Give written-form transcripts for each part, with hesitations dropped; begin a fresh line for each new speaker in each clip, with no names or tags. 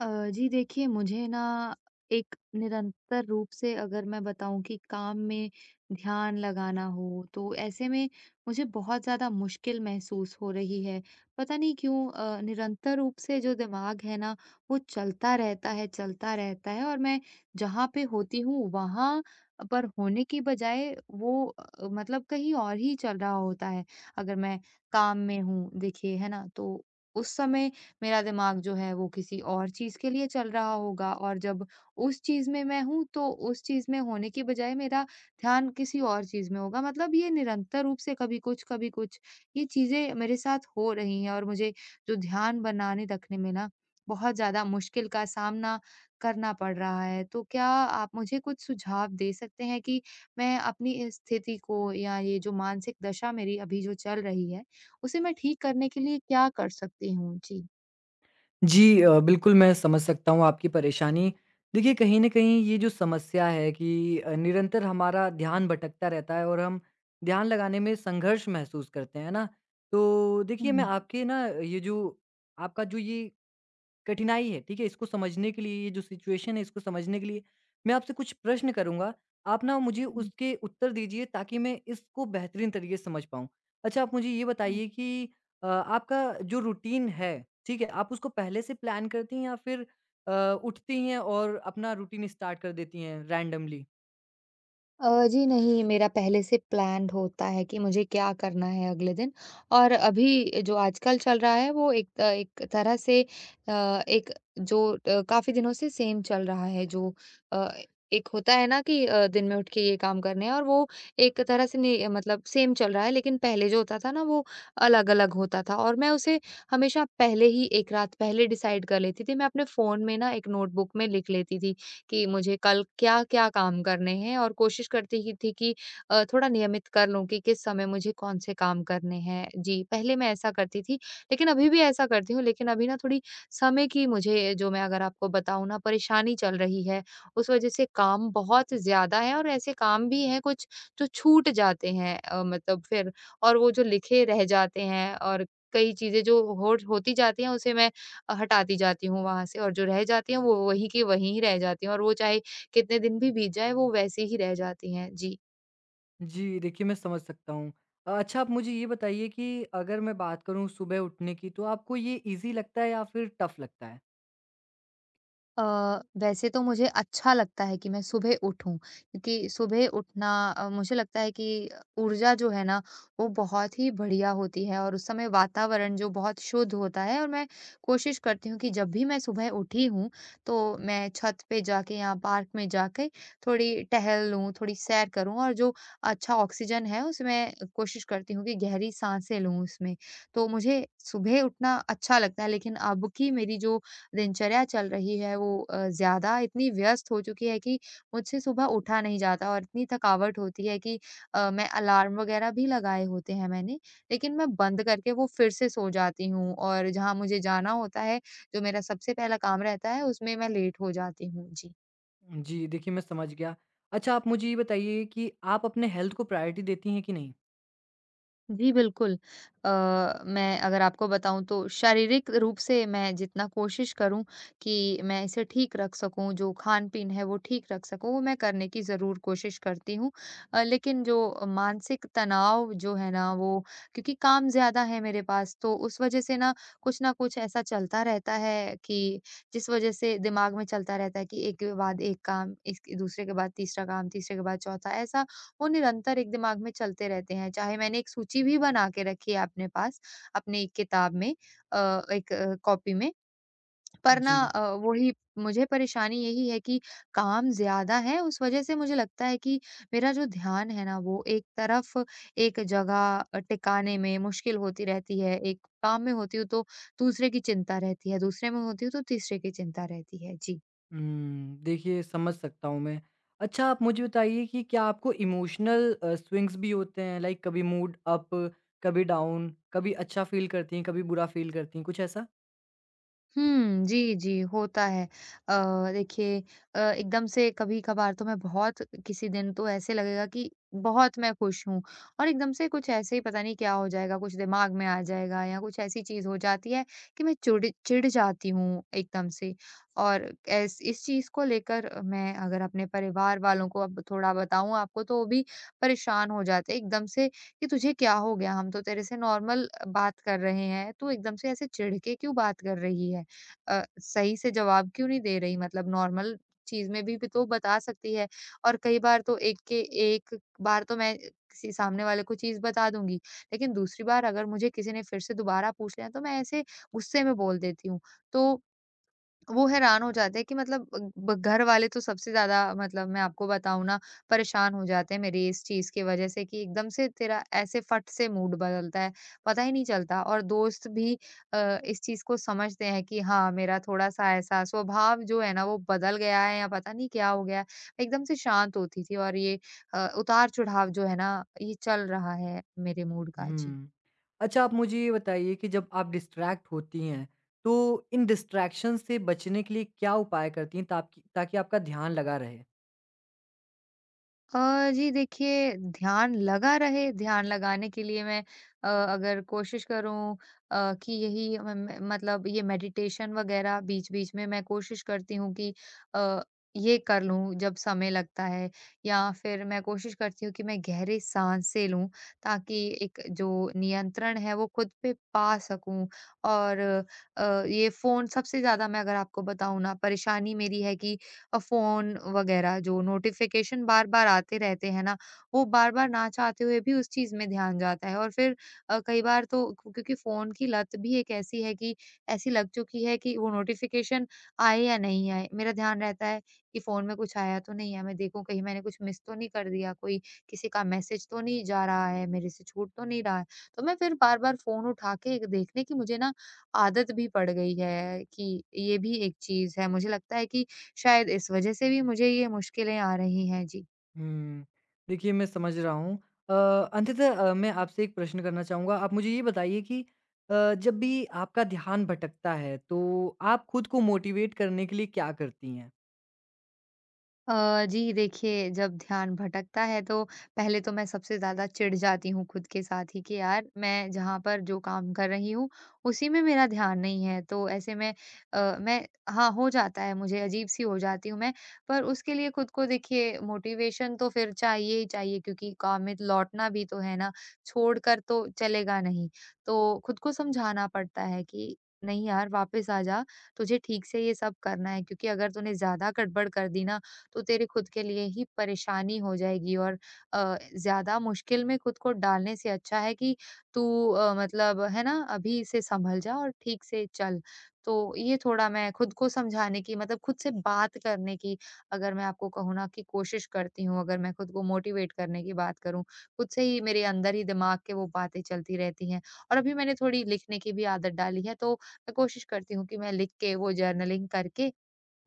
अ, जी देखिए मुझे ना एक निरंतर रूप से अगर मैं बताऊं कि काम में ध्यान लगाना हो तो ऐसे में मुझे बहुत ज़्यादा मुश्किल महसूस हो रही है। पता नहीं क्यों निरंतर रूप से जो दिमाग है ना, वो चलता रहता है और मैं जहाँ पे होती हूँ वहाँ पर होने की बजाय वो मतलब कहीं और ही चल रहा होता है। अगर मैं काम में हूँ, देखिए है ना, तो उस समय मेरा दिमाग जो है वो किसी और चीज़ के लिए चल रहा होगा और जब उस चीज़ में मैं हूँ तो उस चीज़ में होने की बजाय मेरा ध्यान किसी और चीज़ में होगा। मतलब ये निरंतर रूप से कभी कुछ, कभी कुछ ये चीज़ें मेरे साथ हो रही हैं और मुझे जो ध्यान बनाने रखने में ना बहुत ज़्यादा मुश्किल का सामना करना पड़ रहा है। तो क्या आप मुझे कुछ सुझाव दे सकते हैं कि मैं अपनी इस स्थिति को या ये जो मानसिक दशा मेरी अभी जो चल रही है, उसे मैं ठीक करने के लिए क्या कर सकती हूँ? जी।
जी बिल्कुल, मैं समझ सकता हूँ आपकी परेशानी। देखिए, कहीं न कहीं ये जो समस्या है कि निरंतर हमारा ध्यान भटकता रहता है और हम ध्यान लगाने में संघर्ष महसूस करते हैं, है ना? तो देखिए, मैं
हुँ,
आपके ना ये जो आपका जो ये कठिनाई है, ठीक है? इसको समझने के लिए ये जो सिचुएशन है इसको समझने के लिए मैं आपसे कुछ प्रश्न करूँगा। आप ना मुझे
हुँ,
उसके उत्तर दीजिए ताकि मैं इसको बेहतरीन तरीके से समझ पाऊँ। अच्छा आप मुझे ये
हुँ।
बताइए कि आपका जो रूटीन है, ठीक है? आप उसको पहले से प्लान करती हैं या फिर अ, उठती हैं और अपना रूटीन स्टार्ट कर देती हैं रैंडमली?
जी नहीं, मेरा पहले से प्लान्ड होता है कि मुझे क्या करना है अगले दिन। और अभी जो आजकल चल रहा है वो एक तरह से एक जो काफ़ी दिनों से सेम चल रहा है, जो अ, एक होता है ना कि दिन में उठ के ये काम करने हैं, और वो एक तरह से नहीं, मतलब सेम चल रहा है। लेकिन पहले जो होता था ना, वो अलग-अलग होता था और मैं उसे हमेशा पहले ही 1 रात पहले डिसाइड कर लेती थी। मैं अपने फ़ोन में ना एक नोटबुक में लिख लेती थी कि मुझे कल क्या-क्या काम करने हैं, और कोशिश करती ही थी कि थोड़ा नियमित कर लूँ कि किस समय मुझे कौन से काम करने हैं। जी, पहले मैं ऐसा करती थी, लेकिन अभी भी ऐसा करती हूँ, लेकिन अभी ना थोड़ी समय की मुझे, जो मैं अगर आपको बताऊँ ना, परेशानी चल रही है, उस वज़ह से काम बहुत ज़्यादा है और ऐसे काम भी हैं कुछ जो छूट जाते हैं, मतलब फिर और वो जो लिखे रह जाते हैं। और कई चीज़ें जो होड होती जाती हैं, उसे मैं हटाती जाती हूँ वहाँ से, और जो रह जाती हैं वो वहीं की वहीं ही रह जाती हैं, और वो चाहे कितने दिन भी बीत जाए वो वैसी ही रह जाती हैं। जी।
जी, देखिए मैं समझ सकता हूँ। अच्छा आप मुझे ये बताइए कि अगर मैं बात करूँ सुबह उठने की तो आपको ये ईज़ी लगता है या फिर टफ़ लगता है?
अ, वैसे तो मुझे अच्छा लगता है कि मैं सुबह उठूँ, क्योंकि सुबह उठना मुझे लगता है कि ऊर्जा जो है ना वो बहुत ही बढ़िया होती है, और उस समय वातावरण जो बहुत शुद्ध होता है। और मैं कोशिश करती हूँ कि जब भी मैं सुबह उठी हूँ, तो मैं छत पे जाके या पार्क में जाके थोड़ी टहल लूँ, थोड़ी सैर करूँ, और जो अच्छा ऑक्सीजन है उसमें कोशिश करती हूँ कि गहरी सांसें लूँ उसमें। तो मुझे सुबह उठना अच्छा लगता है, लेकिन अब की मेरी जो दिनचर्या चल रही है वो ज़्यादा इतनी व्यस्त हो चुकी है कि मुझसे सुबह उठा नहीं जाता, और इतनी थकावट होती है कि मैं अलार्म वगैरह भी लगाए होते हैं मैंने, लेकिन मैं बंद करके वो फिर से सो जाती हूँ, और जहाँ मुझे जाना होता है, जो मेरा सबसे पहला काम रहता है उसमें मैं लेट हो जाती हूँ। जी।
जी, देखिए मैं समझ गया। अच्छा आप मुझे ये बताइए कि आप अपने हेल्थ को प्रायोरिटी देती हैं कि नहीं?
जी, बिल्कुल। अ, मैं अगर आपको बताऊँ, तो शारीरिक रूप से मैं जितना कोशिश करूँ कि मैं इसे ठीक रख सकूँ, जो खान-पीन है वो ठीक रख सकूँ, वो मैं करने की ज़रूर कोशिश करती हूँ। लेकिन जो मानसिक तनाव जो है ना वो, क्योंकि काम ज़्यादा है मेरे पास, तो उस वज़ह से ना कुछ न कुछ ऐसा चलता रहता है, कि जिस वज़ह से दिमाग में चलता रहता है कि एक के बाद एक काम, इस दूसरे के बाद तीसरा काम, तीसरे के बाद चौथा, ऐसा वो निरंतर एक दिमाग में चलते रहते हैं। चाहे मैंने एक सूची भी बना के रखी है अपने पास, अपनी एक किताब में, एक कॉपी में, पर
जी।
ना वही मुझे परेशानी यही है कि काम ज़्यादा है, उस वज़ह से मुझे लगता है कि मेरा जो ध्यान है ना वो एक तरफ एक जगह टिकाने में मुश्किल होती रहती है। एक काम में होती हूँ तो दूसरे की चिंता रहती है, दूसरे में होती हूँ तो तीसरे की चिंता रहती है। जी।
हुँ, देखिए समझ सकता हूँ मैं। अच्छा आप मुझे बताइए कि क्या आपको इमोशनल स्विंग्स भी होते हैं? लाइक कभी मूड अप, कभी डाउन, कभी अच्छा फ़ील करती हैं, कभी बुरा फ़ील करती हैं, कुछ ऐसा?
हुँ, जी, जी, होता है। देखिए एकदम से कभी-कभार तो मैं बहुत, किसी दिन तो ऐसे लगेगा कि बहुत मैं खुश हूँ, और एकदम से कुछ ऐसे ही पता नहीं क्या हो जाएगा, कुछ दिमाग में आ जाएगा या कुछ ऐसी चीज़ हो जाती है कि मैं चुड़ चिढ़ जाती हूँ एकदम से। और ऐस इस चीज़ को लेकर, मैं अगर अपने परिवार वालों को अब थोड़ा बताऊँ आपको, तो वो भी परेशान हो जाते हैं एकदम से कि तुझे क्या हो गया? हम तो तेरे से नॉर्मल बात कर रहे हैं, तू एकदम से ऐसे चिढ़ के क्यों बात कर रही है? सही से जवाब क्यों नहीं दे रही, मतलब नॉर्मल चीज़ में भी तो बता सकती है। और कई बार तो एक बार तो मैं किसी सामने वाले को चीज़ बता दूँगी, लेकिन दूसरी बार अगर मुझे किसी ने फिर से दोबारा पूछ लिया, तो मैं ऐसे गुस्से में बोल देती हूँ। तो वो हैरान हो जाते हैं कि मतलब ब घर वाले तो सबसे ज़्यादा, मतलब मैं आपको बताऊँ ना, परेशान हो जाते हैं मेरी इस चीज़ की वज़ह से कि एकदम से तेरा ऐसे फट से मूड बदलता है, पता ही नहीं चलता। और दोस्त भी इस चीज़ को समझते हैं कि हाँ, मेरा थोड़ा-सा ऐसा स्वभाव जो है ना वो बदल गया है या पता नहीं क्या हो गया है। मैं एकदम से शांत होती थी, और ये उतार-चढ़ाव जो है ना, ये चल रहा है मेरे मूड का। जी।
हुँ। अच्छा आप मुझे ये बताइए कि जब आप डिस्ट्रैक्ट होती हैं, तो इन डिस्ट्रैक्शन से बचने के लिए क्या उपाय करती हैं ताकि ताकि आपका ध्यान लगा रहे?
जी देखिए, ध्यान लगा रहे, ध्यान लगाने के लिए मैं अगर कोशिश करूँ अ, कि यही म म मतलब ये मेडिटेशन वग़ैरह बीच-बीच में मैं कोशिश करती हूँ कि अ, ये कर लूँ जब समय लगता है, या फिर मैं कोशिश करती हूँ कि मैं गहरी साँसें लूँ, ताकि एक जो नियंत्रण है वो खुद पे पा सकूँ। और ये फ़ोन सबसे ज़्यादा, मैं अगर आपको बताऊँ ना, परेशानी मेरी है कि फ़ोन वगैरह जो नोटिफ़िकेशन बार-बार आते रहते हैं ना, वो बार-बार ना चाहते हुए भी उस चीज़ में ध्यान जाता है, और फिर कई बार तो क्योंकि फ़ोन की लत भी एक ऐसी है कि ऐसी लग चुकी है कि वो नोटिफ़िकेशन आए या नहीं आए, मेरा ध्यान रहता है कि फ़ोन में कुछ आया तो नहीं है, मैं देखूँ कहीं मैंने कुछ मिस तो नहीं कर दिया, कोई किसी का मैसेज तो नहीं जा रहा है, मेरे से छूट तो नहीं रहा है। तो मैं फिर बार-बार फ़ोन उठा के एक देखने की मुझे ना आदत भी पड़ गई है कि ये भी एक चीज़ है। मुझे लगता है कि शायद इस वजह से भी मुझे ये मुश्किलें आ रही हैं। जी।
हुँ। देखिए, मैं समझ रहा हूँ। अ, अंततः मैं आपसे एक प्रश्न करना चाहूँगा। आप मुझे ये बताइए कि जब भी आपका ध्यान भटकता है, तो आप खुद को मोटिवेट करने के लिए क्या करती हैं?
जी देखिए, जब ध्यान भटकता है तो पहले तो मैं सबसे ज़्यादा चिढ़ जाती हूँ खुद के साथ ही कि यार मैं जहाँ पर जो काम कर रही हूँ, उसी में मेरा ध्यान नहीं है। तो ऐसे में मैं, हाँ, हो जाता है मुझे, अजीब-सी हो जाती हूँ मैं, पर उसके लिए खुद को देखिए मोटिवेशन तो फिर चाहिए ही चाहिए, क्योंकि काम में लौटना भी तो है ना, छोड़कर तो चलेगा नहीं। तो खुद को समझाना पड़ता है कि नहीं यार वापस आ जा, तुझे ठीक से ये सब करना है, क्योंकि अगर तूने ज़्यादा गड़बड़ कर दी ना, तो तेरे खुद के लिए ही परेशानी हो जाएगी। और ज़्यादा मुश्किल में खुद को डालने से अच्छा है कि तू मतलब है ना, अभी से संभल जा और ठीक से चल। तो ये थोड़ा मैं खुद को समझाने की, मतलब खुद से बात करने की, अगर मैं आपको कहूँ ना कि कोशिश करती हूँ, अगर मैं खुद को मोटिवेट करने की बात करूँ, खुद से ही मेरे अंदर ही दिमाग के वो बातें चलती रहती हैं। और अभी मैंने थोड़ी लिखने की भी आदत डाली है, तो मैं कोशिश करती हूँ कि मैं लिख के वो जर्नलिंग करके,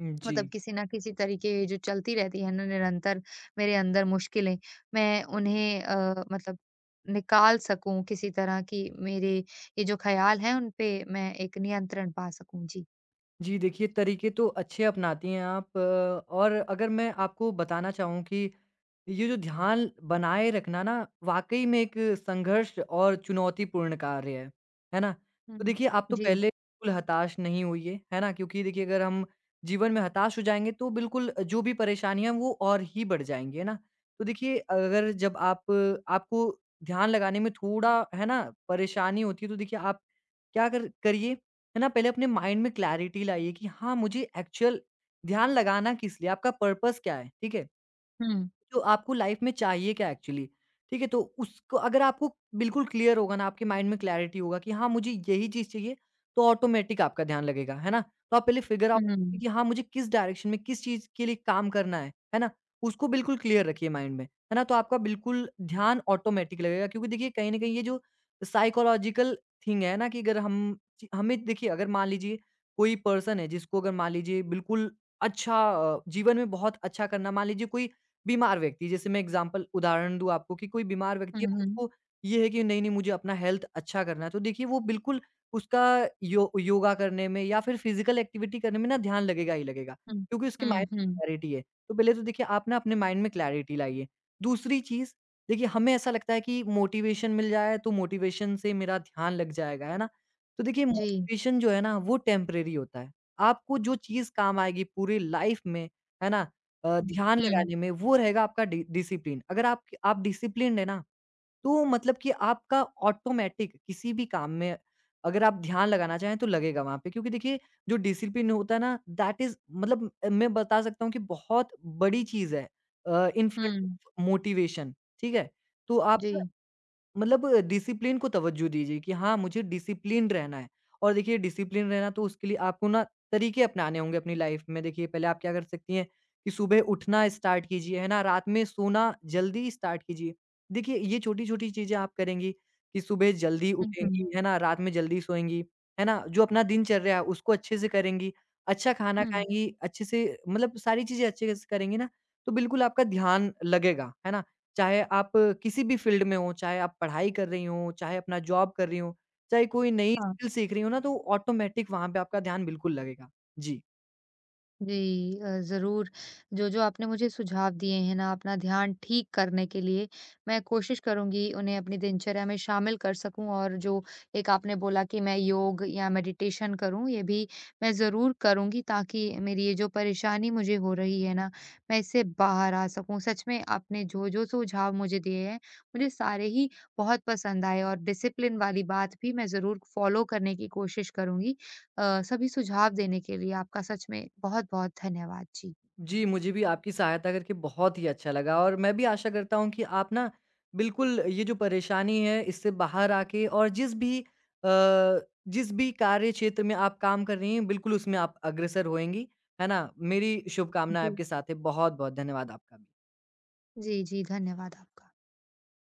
जी।
मतलब किसी ना किसी तरीके ये जो चलती रहती है ना निरंतर मेरे अंदर मुश्किलें, मैं उन्हें मतलब निकाल सकूँ किसी तरह की, मेरे ये जो ख़्याल हैं उन पे मैं एक नियंत्रण पा सकूँ। जी।
जी, देखिए तरीके तो अच्छे अपनाती हैं आप, और अगर मैं आपको बताना चाहूँ कि ये जो ध्यान बनाए रखना ना, वाक़ई में एक संघर्ष और चुनौतीपूर्ण कार्य है ना? तो
हुँ।
देखिए आप तो
जी।
पहले बिल्कुल हताश नहीं होइए, है ना? क्योंकि देखिए अगर हम जीवन में हताश हो जाएँगे तो बिल्कुल जो भी परेशानियाँ हैं वो और ही बढ़ जाएँगी, है ना? तो देखिए अगर जब आप आपको ध्यान लगाने में थोड़ा, है ना, परेशानी होती है तो देखिए आप क्या कर करिए, है ना, पहले अपने माइंड में क्लैरिटी लाइए कि हाँ, मुझे एक्चुअल ध्यान लगाना किस लिए है? आपका पर्पज़ क्या है? ठीक है?
हुँ।
जो आपको लाइफ में चाहिए क्या एक्चुअली, ठीक है? तो उसको अगर आपको बिल्कुल क्लियर होगा ना, आपके माइंड में क्लैरिटी होगा कि हाँ, मुझे यही चीज़ चाहिए, तो ऑटोमेटिक आपका ध्यान लगेगा, है ना? तो आप पहले फिगर आउट कीजिए
हुँ।
कि हाँ, मुझे किस डायरेक्शन में, किस चीज़ के लिए काम करना है ना? उसको बिल्कुल क्लियर रखिए माइंड में, है ना? तो आपका बिल्कुल ध्यान ऑटोमेटिक लगेगा क्योंकि देखिए कहीं न कहीं ये जो साइकोलॉजिकल थिंग है ना कि अगर हम ची हमें देखिए अगर मान लीजिए कोई पर्सन है जिसको अगर मान लीजिए बिल्कुल अच्छा जीवन में बहुत अच्छा करना मान लीजिए कोई बीमार व्यक्ति जैसे मैं एग्ज़ाम्पल उदाहरण दूँ आपको कि कोई बीमार
हुँ,
व्यक्ति है और
हुँ।
उसको ये है कि नहीं-नहीं मुझे अपना हेल्थ अच्छा करना है, तो देखिए वो बिल्कुल उसका यो योगा करने में या फिर फ़िज़िकल एक्टिविटी करने में ना ध्यान लगेगा ही लगेगा,
हुँ।
क्योंकि उसके माइंड
हुँ, हुँ।
में क्लैरिटी है। तो पहले तो देखिए आप ना अपने माइंड में क्लैरिटी लाइए। दूसरी चीज़ देखिए हमें ऐसा लगता है कि मोटिवेशन मिल जाए तो मोटिवेशन से मेरा ध्यान लग जाएगा, है ना? तो देखिए
जी।
मोटिवेशन जो है ना वो टेम्परेरी होता है। आपको जो चीज़ काम आएगी पूरी लाइफ़ में, है ना?
हुँ।
ध्यान
हुँ।
लगाने में वो रहेगा आपका डि डिसिप्लिन। अगर आप डिसिप्लिन्ड है ना, तो मतलब कि आपका ऑटोमैटिक किसी भी काम में अगर आप ध्यान लगाना चाहें तो लगेगा वहाँ पे। क्योंकि देखिए जो डिसिप्लिन होता है ना दैट इज़ मतलब, मैं बता सकता हूँ कि बहुत बड़ी चीज़ है इन फ्रंट
हुँ।
ऑफ मोटिवेशन, ठीक है? तो आप
जी।
ना मतलब डिसिप्लिन को तवज्जो दीजिए कि हाँ, मुझे डिसिप्लिन्ड रहना है। और देखिए डिसिप्लिन रहना तो उसके लिए आपको ना तरीके अपनाने होंगे अपनी लाइफ़ में। देखिए पहले आप क्या कर सकती हैं कि सुबह उठना स्टार्ट कीजिए, है ना? रात में सोना जल्दी स्टार्ट कीजिए। देखिए ये छोटी-छोटी चीज़ें आप करेंगी कि सुबह जल्दी
हुँ, हुँ।
उठेंगी, है ना? रात में जल्दी सोएँगी, है ना? जो अपना दिनचर्या है उसको अच्छे से करेंगी, अच्छा खाना
हुँ।
खाएँगी, अच्छे से मतलब सारी चीज़ें अच्छे से करेंगी ना, तो बिल्कुल आपका ध्यान लगेगा, है ना? चाहे आप किसी भी फ़ील्ड में हों, चाहे आप पढ़ाई कर रही हों, चाहे अपना जॉब कर रही हों, चाहे कोई नई
हाँ।
स्किल सीख रही हों ना, तो ऑटोमैटिक वहाँ पे आपका ध्यान बिल्कुल लगेगा। जी।
जी ज़रूर। जो-जो आपने मुझे सुझाव दिए हैं ना अपना ध्यान ठीक करने के लिए, मैं कोशिश करूँगी उन्हें अपनी दिनचर्या में शामिल कर सकूँ। और जो एक आपने बोला कि मैं योग या मेडिटेशन करूँ, ये भी मैं ज़रूर करूँगी, ताकि मेरी ये जो परेशानी मुझे हो रही है ना, मैं इससे बाहर आ सकूँ। सच में आपने जो-जो सुझाव मुझे दिए हैं, मुझे सारे ही बहुत पसंद आए, और डिसिप्लिन वाली बात भी मैं ज़रूर फ़ॉलो करने की कोशिश करूँगी। सभी सुझाव देने के लिए आपका सच में बहुत-बहुत धन्यवाद। जी।
जी, मुझे भी आपकी सहायता करके बहुत ही अच्छा लगा और मैं भी आशा करता हूँ कि आप ना बिल्कुल ये जो परेशानी है, इससे बाहर आके और अ, जिस भी कार्य क्षेत्र में आप काम कर रही हैं, बिल्कुल उसमें आप अग्रसर होएँगी। है ना? मेरी शुभकामनाएँ
जी।
आपके साथ है। बहुत-बहुत धन्यवाद आपका भी।
जी, जी, धन्यवाद आपका।